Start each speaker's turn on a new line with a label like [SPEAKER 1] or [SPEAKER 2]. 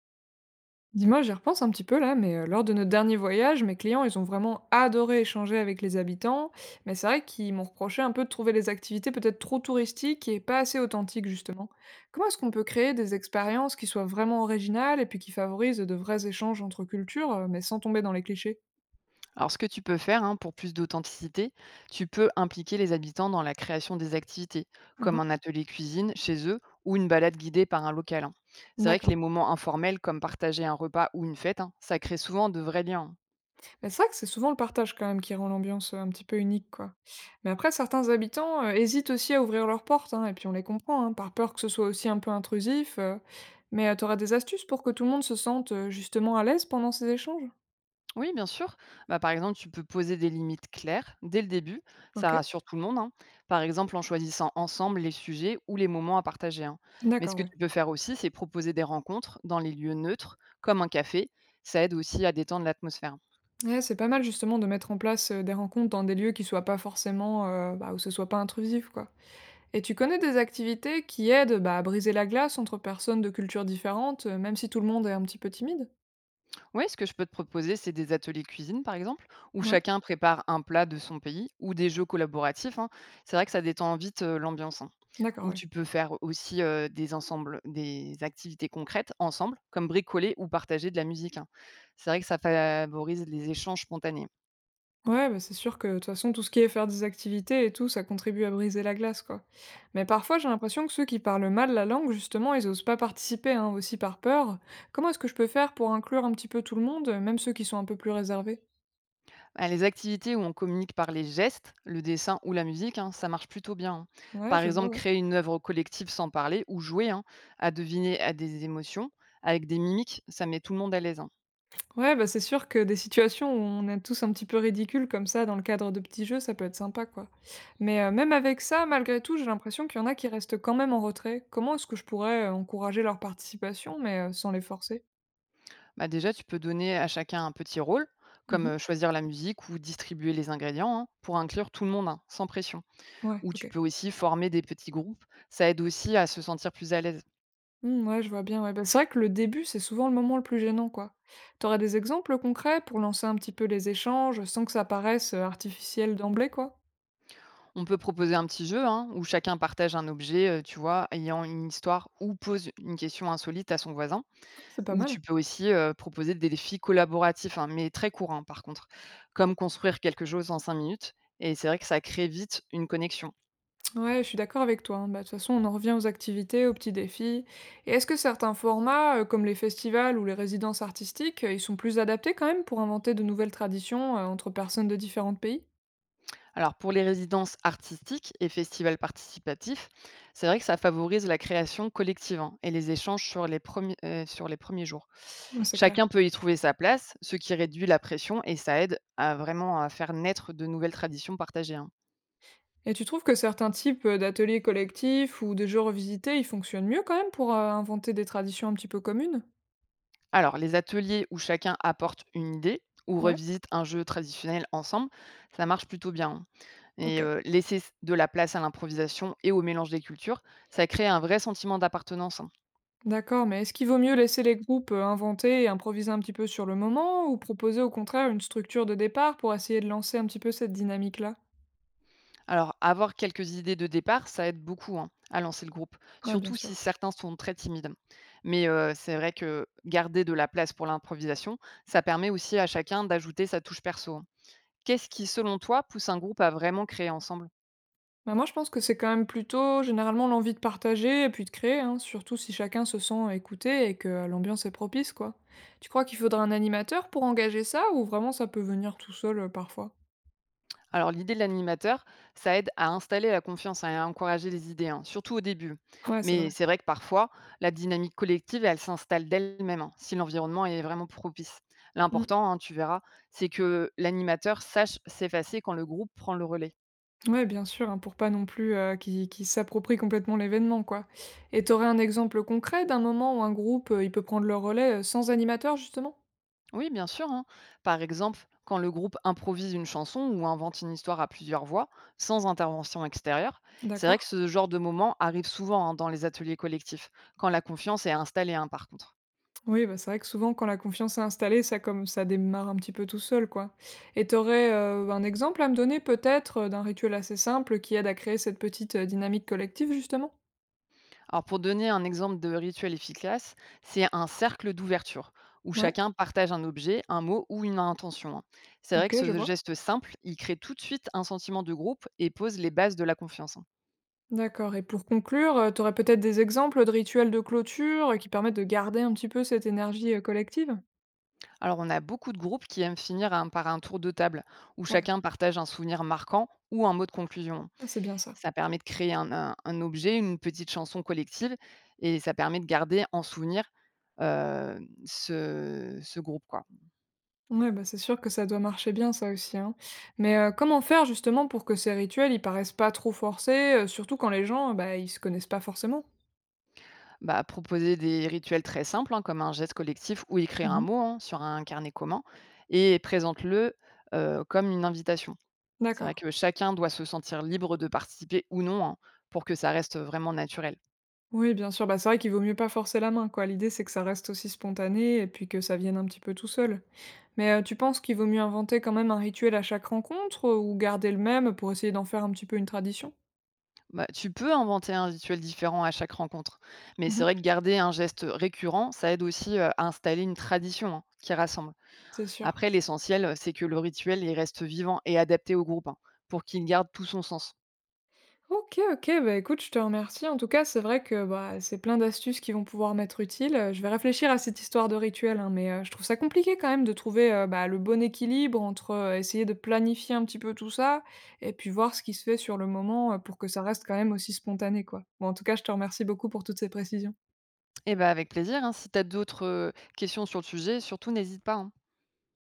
[SPEAKER 1] Dis-moi, j'y repense un petit peu là, mais lors de notre dernier voyage, mes clients, ils ont vraiment adoré échanger avec les habitants, mais c'est vrai qu'ils m'ont reproché un peu de trouver les activités peut-être trop touristiques et pas assez authentiques justement. Comment est-ce qu'on peut créer des expériences qui soient vraiment originales et puis qui favorisent de vrais échanges entre cultures, mais sans tomber dans les clichés?
[SPEAKER 2] Alors, ce que tu peux faire hein, pour plus d'authenticité, tu peux impliquer les habitants dans la création des activités, comme
[SPEAKER 1] Mhm.
[SPEAKER 2] un atelier cuisine chez eux ou une balade guidée par un local, hein. C'est vrai que
[SPEAKER 1] D'accord.
[SPEAKER 2] les moments informels, comme partager un repas ou une fête, hein, ça crée souvent de vrais liens.
[SPEAKER 1] Mais c'est vrai que c'est souvent le partage quand même qui rend l'ambiance, un petit peu unique, quoi. Mais après certains habitants, hésitent aussi à ouvrir leurs portes, hein, et puis on les comprend, hein, par peur que ce soit aussi un peu intrusif, mais, tu auras des astuces pour que tout le monde se sente, justement à l'aise pendant ces échanges?
[SPEAKER 2] Oui, bien sûr. Bah, par exemple, tu peux poser des limites claires dès le début. Ça
[SPEAKER 1] OK.
[SPEAKER 2] rassure tout le monde, hein. Par exemple, en choisissant ensemble les sujets ou les moments à partager, hein. Mais ce
[SPEAKER 1] D'accord,
[SPEAKER 2] que
[SPEAKER 1] ouais.
[SPEAKER 2] tu peux faire aussi, c'est proposer des rencontres dans les lieux neutres, comme un café. Ça aide aussi à détendre l'atmosphère.
[SPEAKER 1] Ouais, c'est pas mal justement de mettre en place, des rencontres dans des lieux qui soient pas forcément, bah, où ce soit pas intrusif, quoi. Et tu connais des activités qui aident, bah, à briser la glace entre personnes de cultures différentes, même si tout le monde est un petit peu timide?
[SPEAKER 2] Ouais, ce que je peux te proposer, c'est des ateliers cuisine, par exemple, où
[SPEAKER 1] Ouais,
[SPEAKER 2] chacun prépare un plat de son pays ou des jeux collaboratifs, hein. C'est vrai que ça détend vite l'ambiance, hein.
[SPEAKER 1] d'accord,
[SPEAKER 2] Ou
[SPEAKER 1] ouais.
[SPEAKER 2] tu peux faire aussi des ensembles, des activités concrètes ensemble, comme bricoler ou partager de la musique, hein. C'est vrai que ça favorise les échanges spontanés.
[SPEAKER 1] Ouais, bah, c'est sûr que de toute façon, tout ce qui est faire des activités et tout, ça contribue à briser la glace, quoi. Mais parfois, j'ai l'impression que ceux qui parlent mal la langue, justement, ils osent pas participer, hein, aussi par peur. Comment est-ce que je peux faire pour inclure un petit peu tout le monde, même ceux qui sont un peu plus réservés?
[SPEAKER 2] Ah, les activités où on communique par les gestes, le dessin ou la musique, hein, ça marche plutôt bien, hein.
[SPEAKER 1] Ouais,
[SPEAKER 2] Par
[SPEAKER 1] je vois,
[SPEAKER 2] exemple,
[SPEAKER 1] ouais.
[SPEAKER 2] créer une œuvre collective sans parler ou jouer hein, à deviner à des émotions avec des mimiques, ça met tout le monde à l'aise, hein.
[SPEAKER 1] Ouais, bah c'est sûr que des situations où on est tous un petit peu ridicules comme ça dans le cadre de petits jeux, ça peut être sympa, quoi. Mais même avec ça, malgré tout, j'ai l'impression qu'il y en a qui restent quand même en retrait. Comment est-ce que je pourrais encourager leur participation, mais sans les forcer?
[SPEAKER 2] Bah, déjà, tu peux donner à chacun un petit rôle, comme
[SPEAKER 1] Mhm.
[SPEAKER 2] choisir la musique ou distribuer les ingrédients, hein, pour inclure tout le monde, hein, sans pression.
[SPEAKER 1] Ouais,
[SPEAKER 2] Ou tu
[SPEAKER 1] ok.
[SPEAKER 2] peux aussi former des petits groupes, ça aide aussi à se sentir plus à l'aise.
[SPEAKER 1] Mmh, ouais, je vois bien, ouais. Bah, c'est vrai que le début, c'est souvent le moment le plus gênant, quoi. T'aurais des exemples concrets pour lancer un petit peu les échanges sans que ça paraisse, artificiel d'emblée, quoi?
[SPEAKER 2] On peut proposer un petit jeu hein, où chacun partage un objet, tu vois, ayant une histoire ou pose une question insolite à son voisin.
[SPEAKER 1] Ouais, c'est pas
[SPEAKER 2] Ou
[SPEAKER 1] mal.
[SPEAKER 2] tu peux aussi proposer des défis collaboratifs, hein, mais très courts hein, par contre, comme construire quelque chose en 5 minutes. Et c'est vrai que ça crée vite une connexion.
[SPEAKER 1] Ouais, je suis d'accord avec toi, hein. Bah, de toute façon, on en revient aux activités, aux petits défis et est-ce que certains formats, comme les festivals ou les résidences artistiques, ils sont plus adaptés quand même pour inventer de nouvelles traditions, entre personnes de différents pays?
[SPEAKER 2] Alors pour les résidences artistiques et festivals participatifs, c'est vrai que ça favorise la création collective hein, et les échanges sur sur les premiers jours.
[SPEAKER 1] Ouais, c'est clair
[SPEAKER 2] Chacun peut y trouver sa place, ce qui réduit la pression et ça aide à vraiment à faire naître de nouvelles traditions partagées, hein.
[SPEAKER 1] et tu trouves que certains types, d'ateliers collectifs ou de jeux revisités, ils fonctionnent mieux quand même pour, inventer des traditions un petit peu communes?
[SPEAKER 2] Alors les ateliers où chacun apporte une idée ou
[SPEAKER 1] Ouais.
[SPEAKER 2] revisite un jeu traditionnel ensemble, ça marche plutôt bien, hein.
[SPEAKER 1] OK.
[SPEAKER 2] Et laisser de la place à l'improvisation et au mélange des cultures, ça crée un vrai sentiment d'appartenance, hein.
[SPEAKER 1] D'accord, mais est-ce qu'il vaut mieux laisser les groupes, inventer et improviser un petit peu sur le moment ou proposer au contraire une structure de départ pour essayer de lancer un petit peu cette dynamique-là?
[SPEAKER 2] Alors, avoir quelques idées de départ, ça aide beaucoup hein, à lancer le groupe,
[SPEAKER 1] Ouais, bien
[SPEAKER 2] surtout si
[SPEAKER 1] sûr.
[SPEAKER 2] certains sont très timides. Mais c'est vrai que garder de la place pour l'improvisation, ça permet aussi à chacun d'ajouter sa touche perso, hein. Qu'est-ce qui, selon toi, pousse un groupe à vraiment créer ensemble?
[SPEAKER 1] Bah, moi je pense que c'est quand même plutôt généralement l'envie de partager et puis de créer, hein, surtout si chacun se sent écouté et que l'ambiance est propice, quoi. Tu crois qu'il faudra un animateur pour engager ça ou vraiment ça peut venir tout seul, parfois?
[SPEAKER 2] Alors l'idée de l'animateur, ça aide à installer la confiance hein, et à encourager les idées, hein, surtout au début.
[SPEAKER 1] Ouais, c'est vrai.
[SPEAKER 2] Mais c'est vrai que parfois, la dynamique collective, elle s'installe d'elle-même, hein, si l'environnement est vraiment propice.
[SPEAKER 1] Mmh.
[SPEAKER 2] L'important, hein, tu verras, c'est que l'animateur sache s'effacer quand le groupe prend le relais.
[SPEAKER 1] Ouais, bien sûr, hein, pour pas non plus qu'ils s'approprient complètement l'événement, quoi. Et t'aurais un exemple concret d'un moment où un groupe, il peut prendre le relais sans animateur, justement?
[SPEAKER 2] Oui, bien sûr, hein. Par exemple, quand le groupe improvise une chanson ou invente une histoire à plusieurs voix, sans intervention extérieure, c'est vrai
[SPEAKER 1] D'accord.
[SPEAKER 2] que ce genre de moment arrive souvent hein, dans les ateliers collectifs, quand la confiance est installée, hein, par contre.
[SPEAKER 1] Oui, bah, c'est vrai que souvent, quand la confiance est installée, ça comme ça démarre un petit peu tout seul, quoi. Et t'aurais un exemple à me donner, peut-être, d'un rituel assez simple qui aide à créer cette petite dynamique collective, justement?
[SPEAKER 2] Alors pour donner un exemple de rituel efficace, c'est un cercle d'ouverture où
[SPEAKER 1] Ouais,
[SPEAKER 2] chacun partage un objet, un mot ou une intention, hein. C'est vrai que
[SPEAKER 1] ok, je
[SPEAKER 2] ce
[SPEAKER 1] vois.
[SPEAKER 2] geste simple, il crée tout de suite un sentiment de groupe et pose les bases de la confiance, hein.
[SPEAKER 1] D'accord. Et pour conclure, t'aurais peut-être des exemples de rituels de clôture qui permettent de garder un petit peu cette énergie collective?
[SPEAKER 2] Alors on a beaucoup de groupes qui aiment finir par un tour de table où
[SPEAKER 1] Ouais,
[SPEAKER 2] chacun partage un souvenir marquant ou un mot de conclusion, hein.
[SPEAKER 1] ah, c'est bien ça.
[SPEAKER 2] Ça permet de créer un objet, une petite chanson collective et ça permet de garder en souvenir euh, ce groupe, quoi.
[SPEAKER 1] Ouais, bah, c'est sûr que ça doit marcher bien ça aussi, hein. Mais, comment faire justement pour que ces rituels, ils paraissent pas trop forcés, surtout quand les gens, bah, ils se connaissent pas forcément?
[SPEAKER 2] Bah, proposer des rituels très simples, hein, comme un geste collectif ou écrire un
[SPEAKER 1] Mmh.
[SPEAKER 2] mot hein, sur un carnet commun et présente-le comme une invitation. C'est
[SPEAKER 1] D'accord.
[SPEAKER 2] vrai que chacun doit se sentir libre de participer ou non hein, pour que ça reste vraiment naturel.
[SPEAKER 1] Oui, bien sûr, bah, c'est vrai qu'il vaut mieux pas forcer la main, quoi. L'idée, c'est que ça reste aussi spontané et puis que ça vienne un petit peu tout seul. Mais, tu penses qu'il vaut mieux inventer quand même un rituel à chaque rencontre, ou garder le même pour essayer d'en faire un petit peu une tradition?
[SPEAKER 2] Bah, tu peux inventer un rituel différent à chaque rencontre, mais c'est
[SPEAKER 1] Mmh.
[SPEAKER 2] vrai que garder un geste récurrent, ça aide aussi à installer une tradition hein, qui rassemble.
[SPEAKER 1] C'est sûr.
[SPEAKER 2] Après, l'essentiel, c'est que le rituel il reste vivant et adapté au groupe hein, pour qu'il garde tout son sens.
[SPEAKER 1] OK, OK, bah, écoute, je te remercie. En tout cas, c'est vrai que, bah, c'est plein d'astuces qui vont pouvoir m'être utiles. Je vais réfléchir à cette histoire de rituel, hein, mais je trouve ça compliqué quand même de trouver, bah, le bon équilibre entre, essayer de planifier un petit peu tout ça et puis voir ce qui se fait sur le moment, pour que ça reste quand même aussi spontané, quoi. Bon, en tout cas, je te remercie beaucoup pour toutes ces précisions.
[SPEAKER 2] Eh ben avec plaisir, hein. Si tu as d'autres, questions sur le sujet, surtout n'hésite pas, hein.